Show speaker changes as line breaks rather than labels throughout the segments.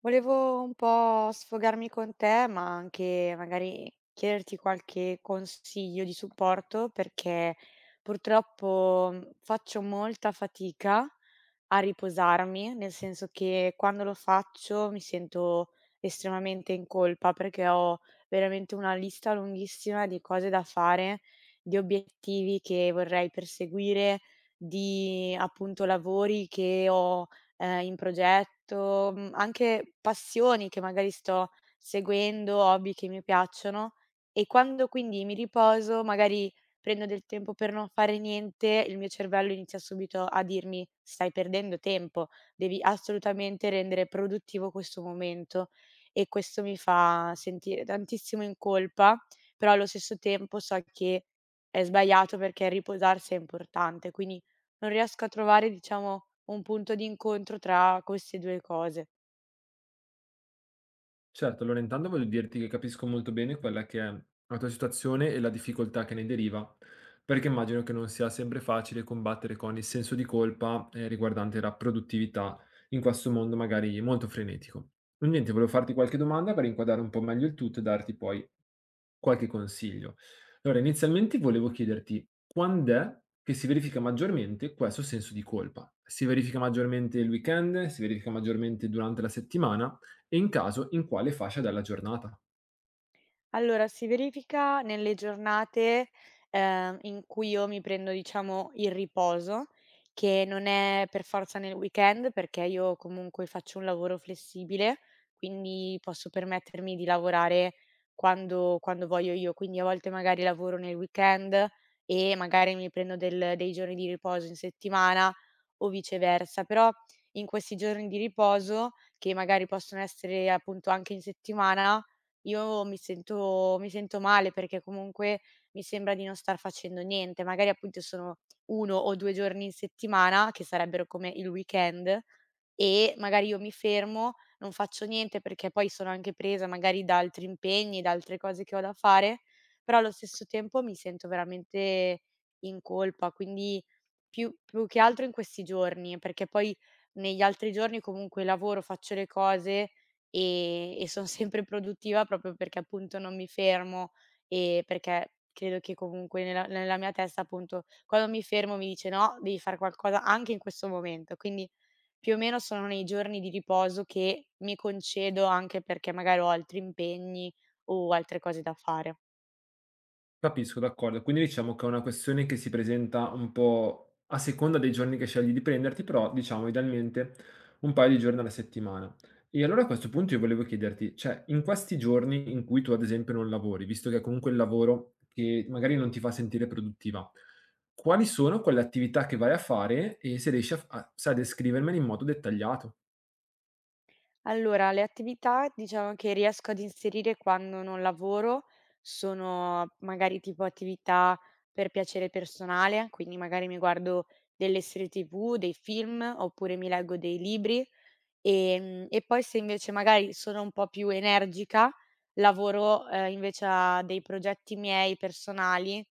Volevo un po' sfogarmi con te, ma anche magari chiederti qualche consiglio di supporto perché purtroppo faccio molta fatica a riposarmi, nel senso che quando lo faccio mi sento estremamente in colpa perché ho veramente una lista lunghissima di cose da fare, di obiettivi che vorrei perseguire, di appunto lavori che ho in progetto, anche passioni che magari sto seguendo, hobby che mi piacciono e quando quindi mi riposo, magari prendo del tempo per non fare niente, il mio cervello inizia subito a dirmi: "Stai perdendo tempo, devi assolutamente rendere produttivo questo momento." E questo mi fa sentire tantissimo in colpa, però allo stesso tempo so che è sbagliato perché riposarsi è importante, quindi non riesco a trovare, diciamo, un punto d'incontro tra queste 2 cose.
Certo, allora intanto voglio dirti che capisco molto bene quella che è la tua situazione e la difficoltà che ne deriva, perché immagino che non sia sempre facile combattere con il senso di colpa, riguardante la produttività in questo mondo magari molto frenetico. Niente, volevo farti qualche domanda per inquadrare un po' meglio il tutto e darti poi qualche consiglio. Allora, inizialmente volevo chiederti quando è che si verifica maggiormente questo senso di colpa? Si verifica maggiormente il weekend? Si verifica maggiormente durante la settimana? E in caso, in quale fascia della giornata.
Allora, si verifica nelle giornate, in cui io mi prendo, diciamo, il riposo, che non è per forza nel weekend, perché io comunque faccio un lavoro flessibile, quindi posso permettermi di lavorare quando voglio io. Quindi a volte magari lavoro nel weekend e magari mi prendo del dei giorni di riposo in settimana o viceversa. Però in questi giorni di riposo, che magari possono essere appunto anche in settimana, io mi sento male perché comunque mi sembra di non star facendo niente. Magari appunto sono 1 o 2 giorni in settimana, che sarebbero come il weekend, e magari io mi fermo, non faccio niente perché poi sono anche presa magari da altri impegni, da altre cose che ho da fare, però allo stesso tempo mi sento veramente in colpa. Quindi più che altro in questi giorni, perché poi negli altri giorni comunque lavoro, faccio le cose. E son sempre produttiva proprio perché appunto non mi fermo e perché credo che comunque nella mia testa appunto quando mi fermo mi dice: "No, devi fare qualcosa anche in questo momento." Quindi più o meno sono nei giorni di riposo che mi concedo anche perché magari ho altri impegni o altre cose da fare.
Capisco, d'accordo. Quindi diciamo che è una questione che si presenta un po' a seconda dei giorni che scegli di prenderti, però diciamo idealmente un paio di giorni alla settimana. E allora a questo punto io volevo chiederti, cioè in questi giorni in cui tu ad esempio non lavori, visto che è comunque il lavoro che magari non ti fa sentire produttiva, quali sono quelle attività che vai a fare e se riesci a f a sai descrivermele in modo dettagliato?
Allora, le attività diciamo che riesco ad inserire quando non lavoro sono magari tipo attività per piacere personale, quindi magari mi guardo delle serie TV, dei film, oppure mi leggo dei libri. E poi se invece magari sono un po' più energica, lavoro, invece a dei progetti miei personali.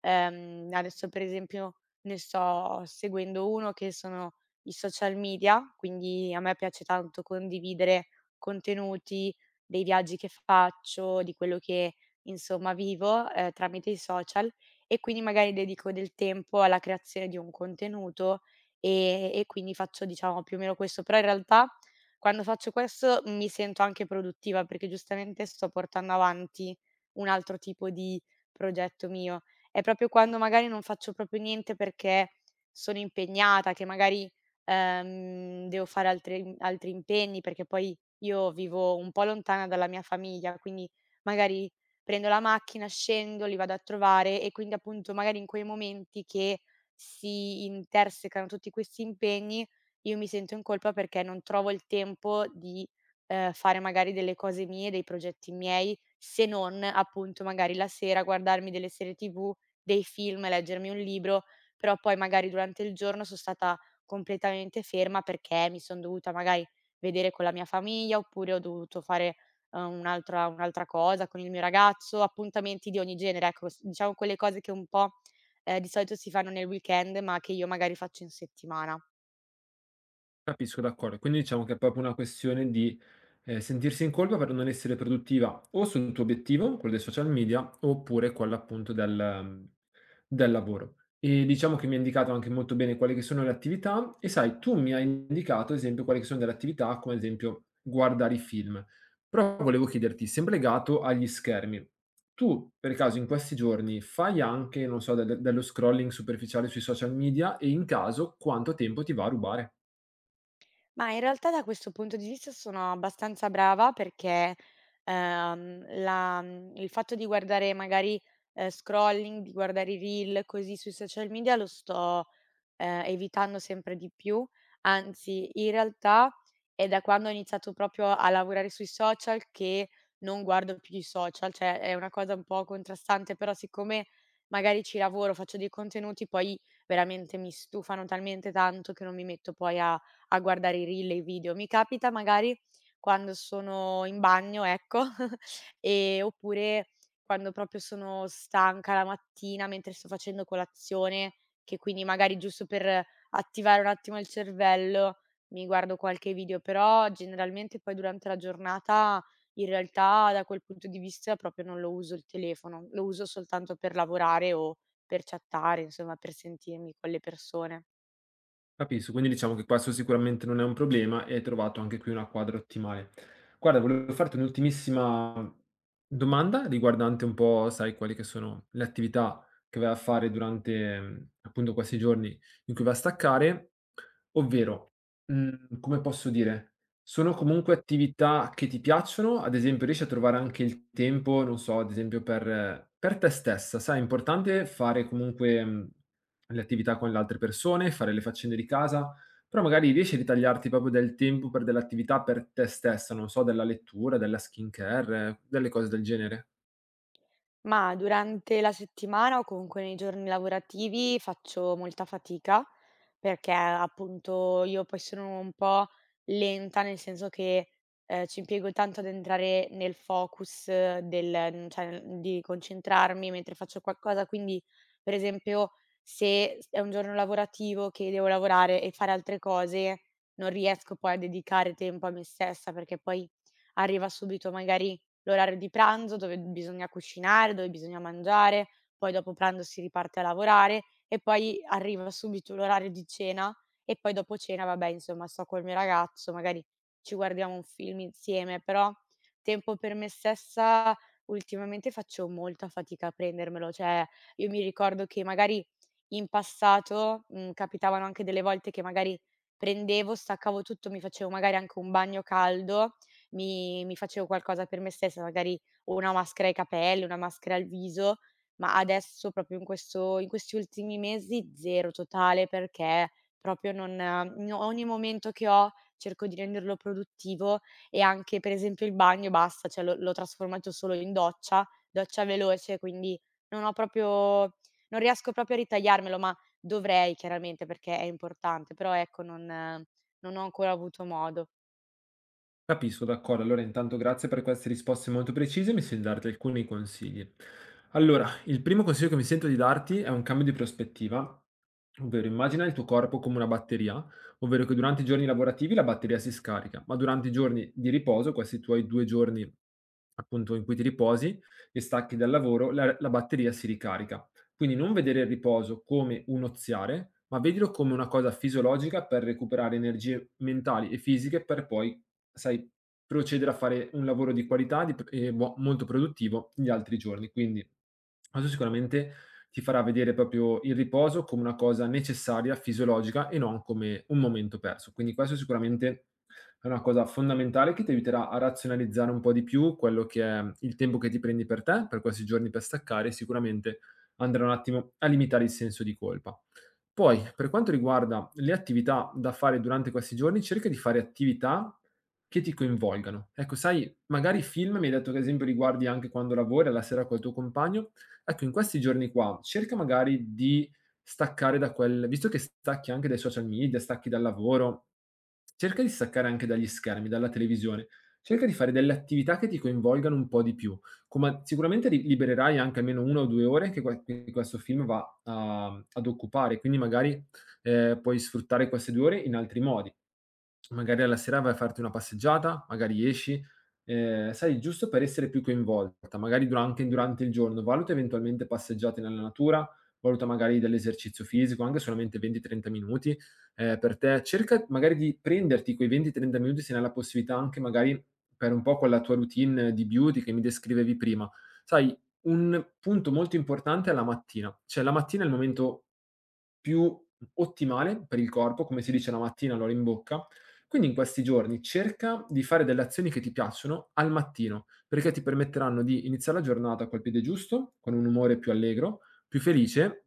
Adesso per esempio ne sto seguendo uno che sono i social media, quindi a me piace tanto condividere contenuti dei viaggi che faccio, di quello che insomma vivo, tramite i social, e quindi magari dedico del tempo alla creazione di un contenuto, e quindi faccio diciamo più o meno questo. Però in realtà quando faccio questo mi sento anche produttiva, perché giustamente sto portando avanti un altro tipo di progetto mio. È proprio quando magari non faccio proprio niente perché sono impegnata, che magari, devo fare altri impegni, perché poi io vivo un po' lontana dalla mia famiglia, quindi magari prendo la macchina, scendo, li vado a trovare e quindi appunto magari in quei momenti che si intersecano tutti questi impegni io mi sento in colpa perché non trovo il tempo di, fare magari delle cose mie, dei progetti miei, se non appunto magari la sera guardarmi delle serie TV, dei film, leggermi un libro, però poi magari durante il giorno so' stata completamente ferma perché mi son dovuta magari vedere con la mia famiglia, oppure ho dovuto fare, un'altra cosa con il mio ragazzo, appuntamenti di ogni genere, ecco, s diciamo quelle cose che un po', di solito si fanno nel weekend, ma che io magari faccio in settimana.
Capisco, d'accordo. Quindi diciamo che è proprio una questione di, sentirsi in colpa per non essere produttiva o sul tuo obiettivo, quello dei social media, oppure quello appunto del mhmm, del lavoro. E diciamo che mi hai indicato anche molto bene quali che sono le attività e sai, tu mi hai indicato ad esempio quali che sono delle attività, come ad esempio guardare i film. Però volevo chiederti, sempre legato agli schermi, tu per caso in questi giorni fai anche, non so, dello scrolling superficiale sui social media e in caso quanto tempo ti va a rubare?
Ma in realtà da questo punto di vista sono abbastanza brava perché, il fatto di guardare magari, scrolling, di guardare i reel così sui social media lo sto evitando sempre di più. Anzi, in realtà è da quando ho iniziato proprio a lavorare sui social che non guardo più i social, cioè è una cosa un po' contrastante, però siccome magari ci lavoro, faccio dei contenuti, poi veramente mi stufano talmente tanto che non mi metto poi a guardare i reel e i video. Mi capita magari quando sono in bagno, ecco, oppure quando proprio sono stanca la mattina mentre sto facendo colazione che quindi magari giusto per attivare un attimo il cervello mi guardo qualche video, però generalmente poi durante la giornata in realtà da quel punto di vista proprio non lo uso il telefono, lo uso soltanto per lavorare o per chattare, insomma per sentirmi con le persone.
Capisco, quindi diciamo che questo sicuramente non è un problema e hai trovato anche qui una quadra ottimale. Guarda, volevo farti un'ultimissima domanda riguardante un po', sai, quali che sono le attività che vai a fare durante, appunto questi giorni in cui vai a staccare, ovvero, come posso dire, sono comunque attività che ti piacciono? Ad esempio riesci a trovare anche il tempo, non so, ad esempio per te stessa, sai, è importante fare comunque, mhmm le attività con le altre persone, fare le faccende di casa, però magari riesci a ritagliarti proprio del tempo per delle attività per te stessa, non so, della lettura, della skincare, delle cose del genere.
Ma durante la settimana o comunque nei giorni lavorativi faccio molta fatica, perché appunto io poi sono un po' lenta, nel senso che, ci impiego tanto ad entrare nel focus del cioè di concentrarmi mentre faccio qualcosa. Quindi, per esempio, se s è un giorno lavorativo che devo lavorare e fare altre cose, non riesco poi a dedicare tempo a me stessa, perché poi arriva subito magari l'orario di pranzo dove bisogna cucinare, dove bisogna mangiare, poi dopo pranzo si riparte a lavorare e poi arriva subito l'orario di cena e poi dopo cena, vabbè, insomma, sto col mio ragazzo, magari ci guardiamo un film insieme, però tempo per me stessa ultimamente faccio molta fatica a prendermelo, cioè io mi ricordo che magari in passato, capitavano anche delle volte che magari prendevo, staccavo tutto, mi facevo magari anche un bagno caldo, mi facevo qualcosa per me stessa, magari o una maschera ai capelli, una maschera al viso, ma adesso proprio in questi ultimi mesi 0 totale, perché proprio non n ogni momento che ho cerco di renderlo produttivo, e anche per esempio il bagno basta, cioè l'ho trasformato solo in doccia, doccia veloce, quindi non ho proprio, non riesco proprio a ritagliarmelo, ma dovrei chiaramente perché è importante, però ecco non ho ancora avuto modo.
Capisco, d'accordo. Allora, intanto grazie per queste risposte molto precise, mi sento di darti alcuni consigli. Allora, il primo consiglio che mi sento di darti è un cambio di prospettiva, ovvero immagina il tuo corpo come una batteria, ovvero che durante i giorni lavorativi la batteria si scarica, ma durante i giorni di riposo, questi tuoi 2 giorni appunto in cui ti riposi e stacchi dal lavoro, la batteria si ricarica. Quindi non vedere il riposo come un oziare, ma vedilo come una cosa fisiologica per recuperare energie mentali e fisiche per poi, sai, procedere a fare un lavoro di qualità di p e mo molto produttivo gli altri giorni. Quindi questo sicuramente ti farà vedere proprio il riposo come una cosa necessaria, fisiologica e non come un momento perso. Quindi questo sicuramente è una cosa fondamentale che ti aiuterà a razionalizzare un po' di più quello che è il tempo che ti prendi per te, per questi giorni per staccare, sicuramente andrà un attimo a limitare il senso di colpa. Poi, per quanto riguarda le attività da fare durante questi giorni, cerca di fare attività che ti coinvolgano. Ecco, sai, magari film, mi hai detto che ad esempio li guardi anche quando lavori, alla sera col tuo compagno. Ecco, in questi giorni qua, cerca magari di staccare da quel, visto che stacchi anche dai social media, stacchi dal lavoro, cerca di staccare anche dagli schermi, dalla televisione, cerca di fare delle attività che ti coinvolgano un po' di più come sicuramente libererai anche almeno una o 2 ore che, che questo film ad occupare, quindi magari puoi sfruttare queste 2 ore in altri modi. Magari alla sera vai a farti una passeggiata, magari esci, sai giusto per essere più coinvolta, magari dura anche durante il giorno, valuta eventualmente passeggiate nella natura, valuta magari dell'esercizio fisico, anche solamente 20, 30 minuti, per te. Cerca magari di prenderti quei 20, 30 minuti se ne hai la possibilità anche magari per un po' quella tua routine di beauty che mi descrivevi prima. Sai, un punto molto importante è la mattina, cioè la mattina è il momento più ottimale per il corpo, come si dice la mattina l'ora in bocca. Quindi in questi giorni cerca di fare delle azioni che ti piacciono al mattino, perché ti permetteranno di iniziare la giornata col piede giusto, con un umore più allegro, più felice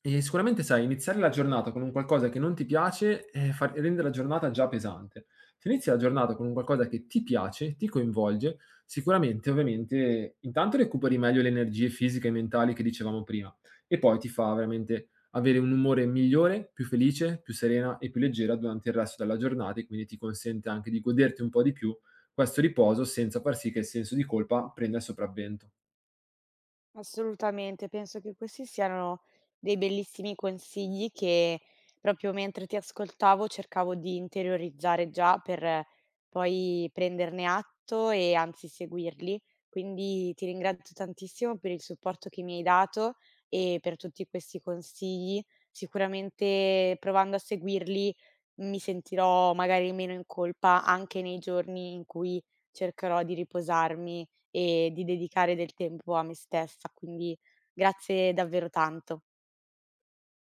e sicuramente sai, iniziare la giornata con un qualcosa che non ti piace, rende la giornata già pesante. Se inizi la giornata con un qualcosa che ti piace, ti coinvolge, sicuramente ovviamente intanto recuperi meglio le energie fisiche e mentali che dicevamo prima e poi ti fa veramente avere un umore migliore, più felice, più serena e più leggera durante il resto della giornata e quindi ti consente anche di goderti un po' di più questo riposo senza far sì che il senso di colpa prenda il sopravvento.
Assolutamente, penso che questi siano dei bellissimi consigli che proprio mentre ti ascoltavo cercavo di interiorizzare già per poi prenderne atto e anzi seguirli. Quindi ti ringrazio tantissimo per il supporto che mi hai dato e per tutti questi consigli. Sicuramente provando a seguirli mi sentirò magari meno in colpa anche nei giorni in cui cercherò di riposarmi e di dedicare del tempo a me stessa, quindi grazie davvero tanto.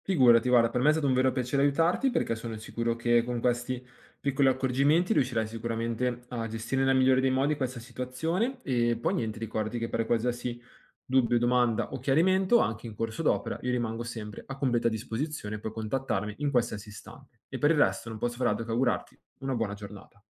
Figurati, guarda, per me è stato un vero piacere aiutarti perché sono sicuro che con questi piccoli accorgimenti riuscirai sicuramente a gestire nel migliore dei modi questa situazione e poi niente, ricordati che per qualsiasi dubbio, domanda o chiarimento, anche in corso d'opera, io rimango sempre a completa disposizione, puoi contattarmi in qualsiasi istante. E per il resto non posso far altro che augurarti una buona giornata.